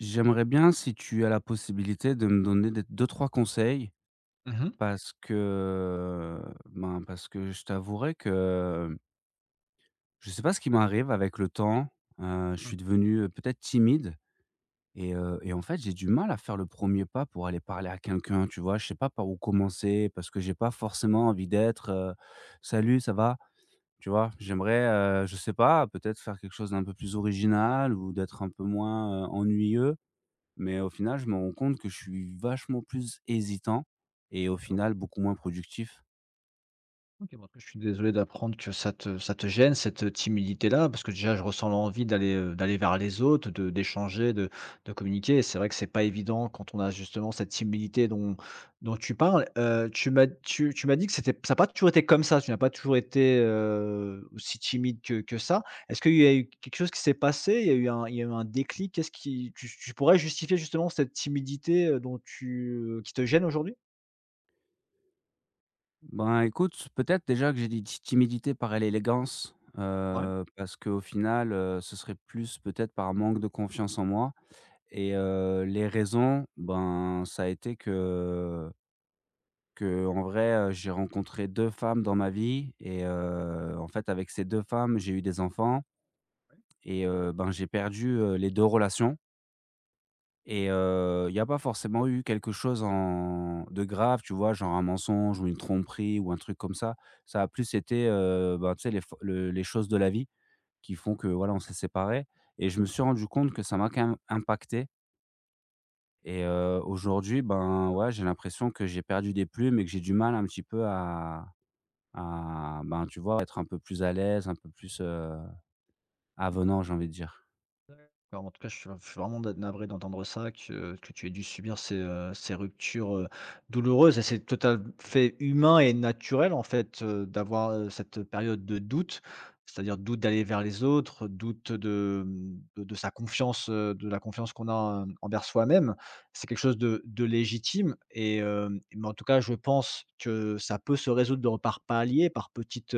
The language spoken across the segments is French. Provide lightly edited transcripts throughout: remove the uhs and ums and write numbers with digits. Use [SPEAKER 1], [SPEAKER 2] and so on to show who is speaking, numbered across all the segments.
[SPEAKER 1] J'aimerais bien si tu as la possibilité de me donner des 2-3 conseils
[SPEAKER 2] Mmh mh.
[SPEAKER 1] parce que, ben, parce que je t'avouerai que je ne sais pas ce qui m'arrive avec le temps. Je
[SPEAKER 2] Mmh.
[SPEAKER 1] suis devenu, peut-être timide et en fait, j'ai du mal à faire le premier pas pour aller parler à quelqu'un, tu vois? Je sais pas par où commencer parce que j'ai pas forcément envie d'être, «Salut, ça va?» Tu vois? J'aimerais, je sais pas, peut-être faire quelque chose d'un peu plus original ou d'être un peu moins, ennuyeux. Mais au final, je me rends compte que je suis vachement plus hésitant et au
[SPEAKER 2] D'accord.
[SPEAKER 1] final beaucoup moins productif.
[SPEAKER 2] OK, bon, en tout cas, je suis désolé d'apprendre que ça te gêne cette, timidité-là, parce que déjà je ressens l'envie d'aller, d'aller vers les autres, de d'échanger, de communiquer, et c'est vrai que c'est pas évident quand on a justement cette timidité dont tu parles. Tu m'as dit que c'était ça n'a pas toujours été comme ça, tu n'as pas toujours été, aussi timide que ça. Est-ce qu'il y a eu quelque chose qui s'est passé? Il y a eu un il y a eu un déclic? Qu'est-ce qui tu tu pourrais justifier justement cette timidité, dont qui te gêne aujourd'hui?
[SPEAKER 1] Ben, écoute, peut-être déjà que j'ai dit timidité par l'élégance,
[SPEAKER 2] Ouais.
[SPEAKER 1] parce qu'au final, ce serait plus peut-être par manque de confiance en moi. Et les raisons, ben, ça a été que en vrai, j'ai rencontré deux femmes dans ma vie. Et en fait, avec ces deux femmes, j'ai eu des enfants. Et ben, j'ai perdu les deux relations. Et il n'y a pas forcément eu quelque chose en de grave, tu vois? Genre un mensonge ou une tromperie ou un truc comme ça. Ça a plus été, ben, tu sais, les f le les choses de la vie qui font que, voilà, on s'est séparés et je me suis rendu compte que ça m'a quand même impacté et, aujourd'hui, ben, ouais, j'ai l'impression que j'ai perdu des plumes et que j'ai du mal un petit peu à, ben, tu vois, être un peu plus à l'aise, un peu plus, avenant, j'ai envie de dire.
[SPEAKER 2] Alors, en tout cas, je suis vraiment navré d'entendre ça, que tu aies dû subir ces ruptures, douloureuses, et c'est tout à fait humain et naturel, en fait, d'avoir, cette période de doute. C'est-à-dire doute d'aller vers les autres, doute de sa confiance, de la confiance qu'on a, envers soi-même. C'est quelque chose de légitime, et mais en tout cas, je pense que ça peut se résoudre de par paliers, par petites,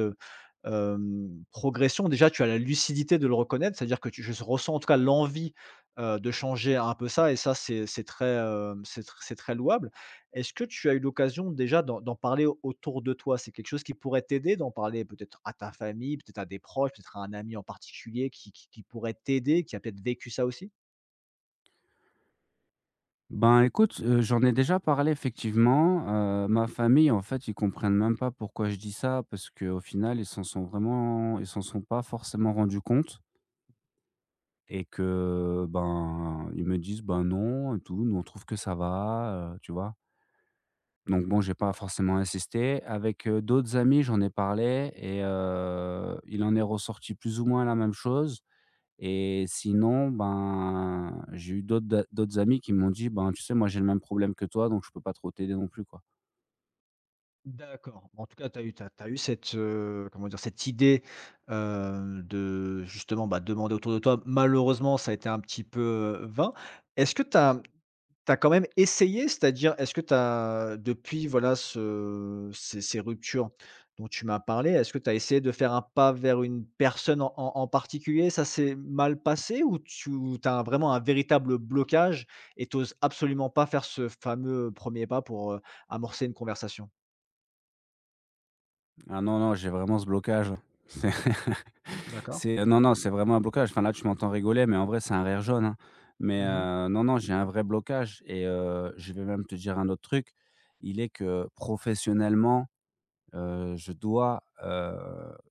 [SPEAKER 2] progression. Déjà, tu as la lucidité de le reconnaître, c'est-à-dire que tu je ressens en tout cas l'envie, de changer un peu ça. Et ça, c'est très, hem, c'est tr c'est très louable. Est-ce que tu as eu l'occasion déjà d'en parler autour de toi? C'est quelque chose qui pourrait t'aider d'en parler peut-être à ta famille, peut-être à des proches, peut-être à un ami en particulier qui pourrait t'aider, qui a peut-être vécu ça aussi?
[SPEAKER 1] Ben, écoute, j'en ai déjà parlé effectivement. Ma famille, en fait, ils comprennent même pas pourquoi je dis ça parce qu'au final, ils s'en sont pas forcément rendus compte et que, ben, ils me disent: «Ben, non et tout, nous, on trouve que ça va», tu vois? Donc bon, j'ai pas forcément insisté. Avec, d'autres amis, j'en ai parlé et, il en est ressorti plus ou moins la même chose. Et sinon, ben, j'ai eu d'autres amis qui m'ont dit: «Ben, tu sais, moi, j'ai le même problème que toi, donc je peux pas trop t'aider non plus, quoi».
[SPEAKER 2] D'accord. Bon, en tout cas, tu as eu t'as, t'as eu cette, comment dire? Cette idée, de justement, bah, demander autour de toi. Malheureusement, ça a été un petit peu, vain. Est-ce que tu as quand même essayé? C'est-à-dire, est-ce que tu as depuis, voilà, ce ces ces ruptures dont tu m'as parlé, est-ce que tu as essayé de faire un pas vers une personne en particulier? Ça s'est mal passé, ou tu as vraiment un véritable blocage et tu absolument pas faire ce fameux premier pas pour, amorcer une conversation?
[SPEAKER 1] Ah non, non, j'ai vraiment ce blocage. C'est
[SPEAKER 2] D'accord.
[SPEAKER 1] c'est, non, non, c'est vraiment un blocage. Enfin, là, tu m'entends rigoler, mais en vrai, c'est un rire jaune, hein. Mais
[SPEAKER 2] Mmh mh.
[SPEAKER 1] non, non, j'ai un vrai blocage et, je vais même te dire un autre truc. Il est que professionnellement, je dois,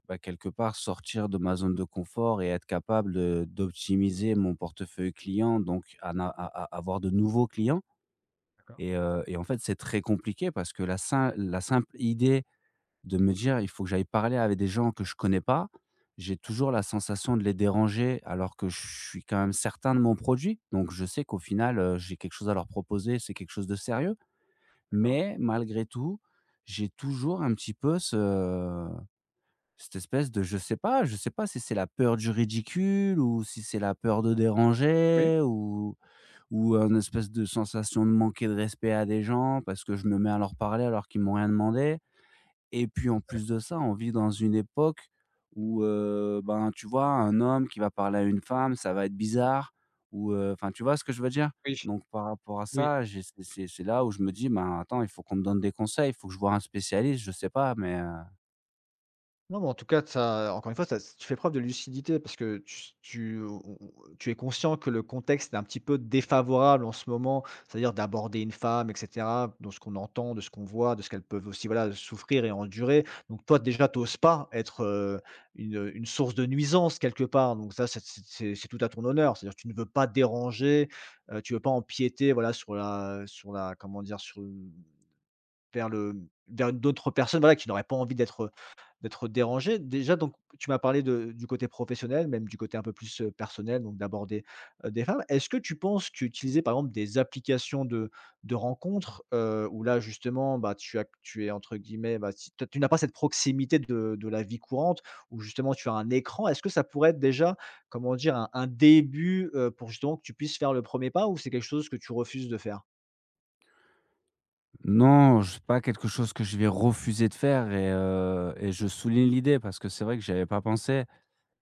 [SPEAKER 1] bah, quelque part sortir de ma zone de confort et être capable de d'optimiser mon portefeuille client, donc à n'a à à avoir de nouveaux clients
[SPEAKER 2] D'accord,
[SPEAKER 1] et en fait, c'est très compliqué parce que la sim la simple idée de me dire: «Il faut que j'aille parler avec des gens que je connais pas», j'ai toujours la sensation de les déranger alors que je suis quand même certain de mon produit. Donc je sais qu'au final, j'ai quelque chose à leur proposer, c'est quelque chose de sérieux.
[SPEAKER 2] d'accord.
[SPEAKER 1] Mais malgré tout, j'ai toujours un petit peu ce cette espèce de, je sais pas, si c'est la peur du ridicule ou si c'est la peur de
[SPEAKER 2] Oui.
[SPEAKER 1] déranger ou un espèce de sensation de manquer de respect à des gens parce que je me mets à leur parler alors qu'ils m'ont rien demandé et puis en plus
[SPEAKER 2] D'accord.
[SPEAKER 1] de ça, on vit dans une époque où, ben, tu vois, un homme qui va parler à une femme, ça va être bizarre ou, enfin, tu vois ce que je veux dire?
[SPEAKER 2] Oui,
[SPEAKER 1] Donc par rapport à
[SPEAKER 2] oui.
[SPEAKER 1] ça, j'ai c'est là où je me dis: «Ben, attends, il faut qu'on me donne des conseils, il faut que je voie un spécialiste», je sais pas, mais
[SPEAKER 2] Non, mais en tout cas, ça encore une fois, ça s tu fais preuve de lucidité parce que tu s tu on tu es conscient que le contexte est un petit peu défavorable en ce moment, c'est-à-dire d'aborder une femme, et cetera, dans ce qu'on entend, de ce qu'on voit, de ce qu'elles peuvent aussi, voilà, souffrir et endurer. Donc toi, déjà, tu oses pas être, une source de nuisance quelque part. Donc ça, c'est tout à ton honneur. C'est-à-dire tu ne veux pas déranger, tu veux pas empiéter, voilà, sur la comment dire? Sur l Vers le vers d'autres personnes, voilà, qui n'auraient pas envie d'être dérangées. Déjà, donc tu m'as parlé de du côté professionnel, même du côté un peu plus, personnel, donc d'aborder, des femmes. Est-ce que tu penses qu'utiliser par exemple des applications de rencontres, où là justement, bah, tu es entre guillemets, bah, si tu n'as pas cette proximité de la vie courante, où justement tu as un écran, est-ce que ça pourrait être déjà, comment dire? Un début, pour justement que tu puisses faire le premier pas, ou c'est quelque chose que tu refuses de faire?
[SPEAKER 1] non, c'est pas quelque chose que je vais refuser de faire et je souligne l'idée parce que c'est vrai que j'y avais pas pensé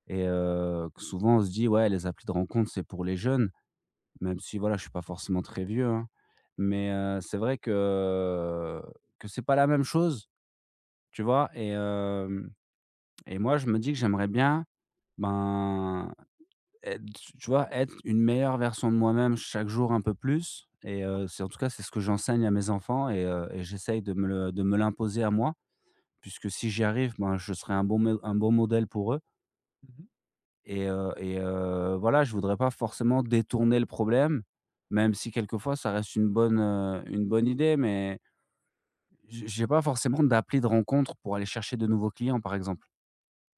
[SPEAKER 1] et, que souvent on se dit: «Ouais, les applis de rencontre c'est pour les jeunes», même si voilà, je suis pas forcément très vieux, hein. Mais c'est vrai que c'est pas la même chose, tu vois? Et moi, je me dis que j'aimerais bien, ben, être, tu vois, être une meilleure version de moi-même chaque jour un peu plus et, c'est en tout cas, c'est ce que j'enseigne à mes enfants et j'essaye de me l'imposer à moi, puisque si j'y arrive, ben, je serai un bon modèle pour eux voilà, je voudrais pas forcément détourner le problème, même si quelquefois ça reste une bonne idée, mais j'ai pas forcément d'appli de rencontre pour aller chercher de nouveaux clients, par exemple.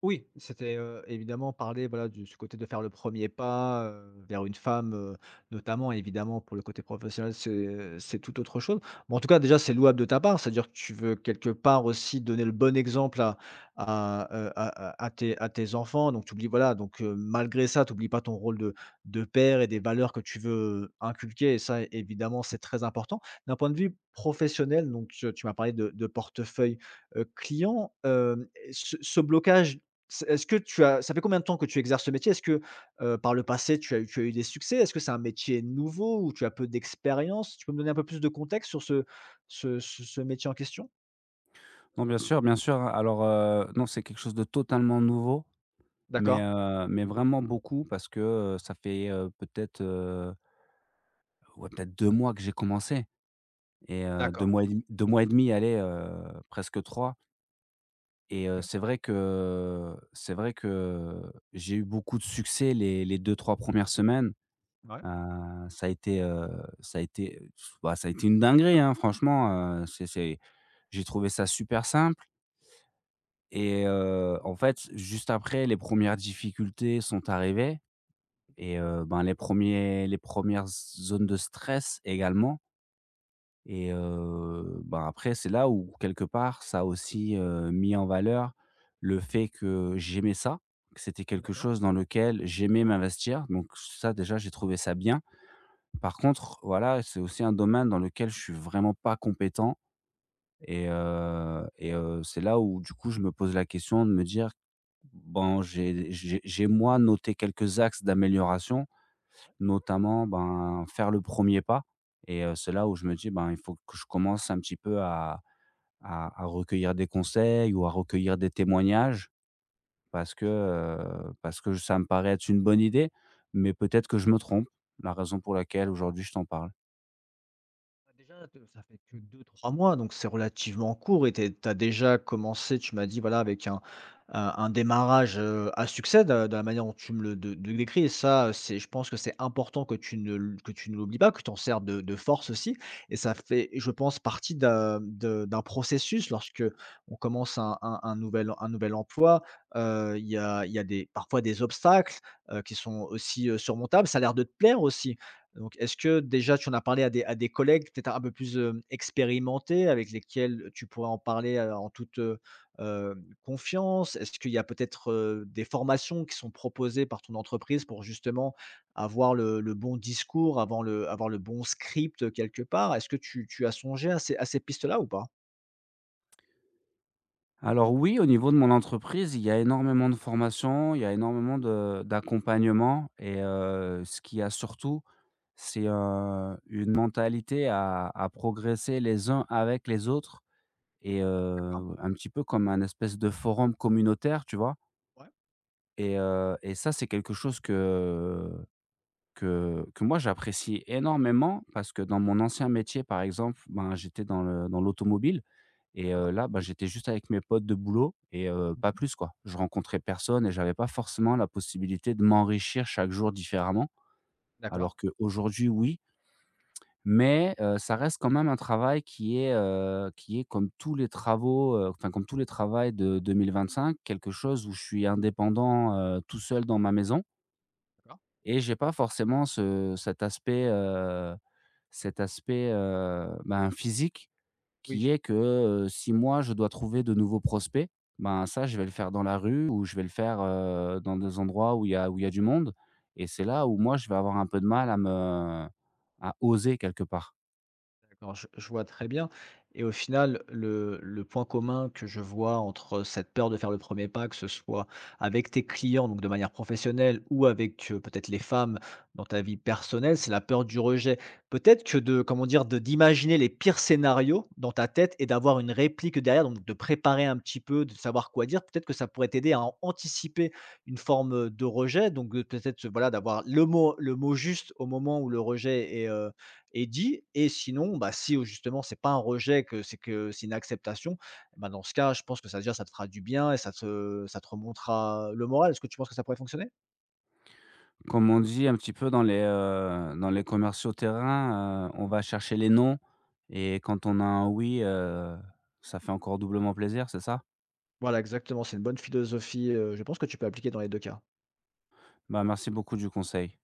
[SPEAKER 2] Oui, c'était, évidemment parler, voilà, du ce côté de faire le premier pas, vers une femme, notamment. Évidemment, pour le côté professionnel, c'est, tout autre chose. Mais en tout cas, déjà, c'est louable de ta part, c'est-à-dire que tu veux quelque part aussi donner le bon exemple à tes enfants. Donc tu oublies, voilà, donc malgré ça, tu n'oublies pas ton rôle de père et des valeurs que tu veux inculquer, et ça, évidemment, c'est très important. D'un point de vue professionnel, donc tu m'as parlé de portefeuille, client, hem, ce ce blocage c'est est-ce que tu as ça fait combien de temps que tu exerces ce métier? Est-ce que, par le passé, tu as eu des succès? Est-ce que c'est un métier nouveau ou tu as peu d'expérience? Tu peux me donner un peu plus de contexte sur ce métier en question?
[SPEAKER 1] Non, bien sûr, hein. Alors, non, c'est quelque chose de totalement nouveau,
[SPEAKER 2] D'accord.
[SPEAKER 1] mais vraiment beaucoup parce que, ça fait, peut-être, ouais, peut-être 2 mois que j'ai commencé et, 2
[SPEAKER 2] D'accord.
[SPEAKER 1] mois et demi 2 mois et demi, allez, presque trois. Et,
[SPEAKER 2] OK.
[SPEAKER 1] c'est vrai que j'ai eu beaucoup de succès les deux trois premières semaines.
[SPEAKER 2] Ouais,
[SPEAKER 1] Heu, ça a été, heu, ça a été, bah, ça a été une dinguerie, hein, franchement. C'est J'ai trouvé ça super simple et, en fait, juste après, les premières difficultés sont arrivées et, ben, les premières zones de stress également. Et, ben, après, c'est là où quelque part, ça a aussi, mis en valeur le fait que j'aimais ça, que c'était quelque
[SPEAKER 2] d'accord.
[SPEAKER 1] chose dans lequel j'aimais m'investir. Donc ça, déjà, j'ai trouvé ça bien. Par contre, voilà, c'est aussi un domaine dans lequel je suis vraiment pas compétent c'est là où, du coup, je me pose la question de me dire: «Bon, j'ai moi noté quelques axes d'amélioration», notamment, ben, faire le premier pas et, c'est là où je me dis: «Ben, il faut que je commence un petit peu à» à recueillir des conseils ou à recueillir des témoignages parce que ça me paraît être une bonne idée, mais peut-être que je me trompe, la raison pour laquelle aujourd'hui je t'en parle.
[SPEAKER 2] Bah, déjà, te ça fait que deux trois mois, donc c'est relativement court, et tu as déjà commencé, tu m'as dit, voilà, avec un démarrage, à succès, de la manière dont tu me le de le décris, et ça, c'est je pense que c'est important que tu ne l'oublies pas, que tu t'en sers de force aussi, et ça fait, je pense, partie d'un processus lorsqu'on commence un nouvel emploi, il y a des parfois des obstacles, qui sont aussi, surmontables. Ça a l'air de te plaire aussi. Donc, est-ce que déjà tu en as parlé à des collègues peut-être un peu plus, expérimentés, avec lesquels tu pourrais en parler, en toute, confiance? Est-ce qu'il y a peut-être, des formations qui sont proposées par ton entreprise pour justement avoir le bon discours, avant le avoir le bon script, quelque part? Est-ce que tu as songé à ces pistes-là ou pas?
[SPEAKER 1] Alors oui, au niveau de mon entreprise, il y a énormément de formations, il y a énormément de d'accompagnement et, ce qu'il y a surtout, c'est, une mentalité à progresser les uns avec les autres et, un petit peu comme un espèce de forum communautaire, tu vois?
[SPEAKER 2] Ouais,
[SPEAKER 1] Et ça, c'est quelque chose que moi, j'apprécie énormément parce que dans mon ancien métier, par exemple, ben, j'étais dans l'automobile et,
[SPEAKER 2] d'accord,
[SPEAKER 1] là, ben, j'étais juste avec mes potes de boulot et, pas plus, quoi. Je rencontrais personne et j'avais pas forcément la possibilité de m'enrichir chaque jour différemment.
[SPEAKER 2] d'accord,
[SPEAKER 1] Alors qu'aujourd'hui, oui, mais ça reste quand même un travail qui est comme tous les travaux, enfin, comme tous les travaux de 2025 quelque chose où je suis indépendant, tout seul dans ma maison.
[SPEAKER 2] d'accord.
[SPEAKER 1] Et j'ai pas forcément ce cet aspect, ben, physique qui
[SPEAKER 2] Oui.
[SPEAKER 1] est que, si moi je dois trouver de nouveaux prospects, ben, ça je vais le faire dans la rue ou je vais le faire, dans des endroits où il y a du monde et c'est là où moi je vais avoir un peu de mal à oser quelque part.
[SPEAKER 2] D'accord, je vois très bien, et au final, le point commun que je vois entre cette peur de faire le premier pas, que ce soit avec tes clients, donc de manière professionnelle, ou avec, peut-être les femmes dans ta vie personnelle, c'est la peur du rejet. Peut-être que, de comment dire? De d'imaginer les pires scénarios dans ta tête et d'avoir une réplique derrière, donc de préparer un petit peu, de savoir quoi dire, peut-être que ça pourrait t'aider à an anticiper une forme de rejet, donc, peut-être, voilà, d'avoir le mot juste au moment où le rejet est dit. Et sinon, bah, si au justement c'est pas un rejet, que c'est une acceptation, bah, dans ce cas, je pense que ça déjà, ça te fera du bien, et ça te remontera le moral. Est-ce que tu penses que ça pourrait fonctionner?
[SPEAKER 1] Comme on dit un petit peu dans les commerciaux terrain, on va chercher les noms et quand on a un «oui», ça fait encore doublement plaisir, c'est ça?
[SPEAKER 2] Voilà, exactement, c'est une bonne philosophie, je pense que tu peux appliquer dans les 2 cas.
[SPEAKER 1] Bah, merci beaucoup du conseil.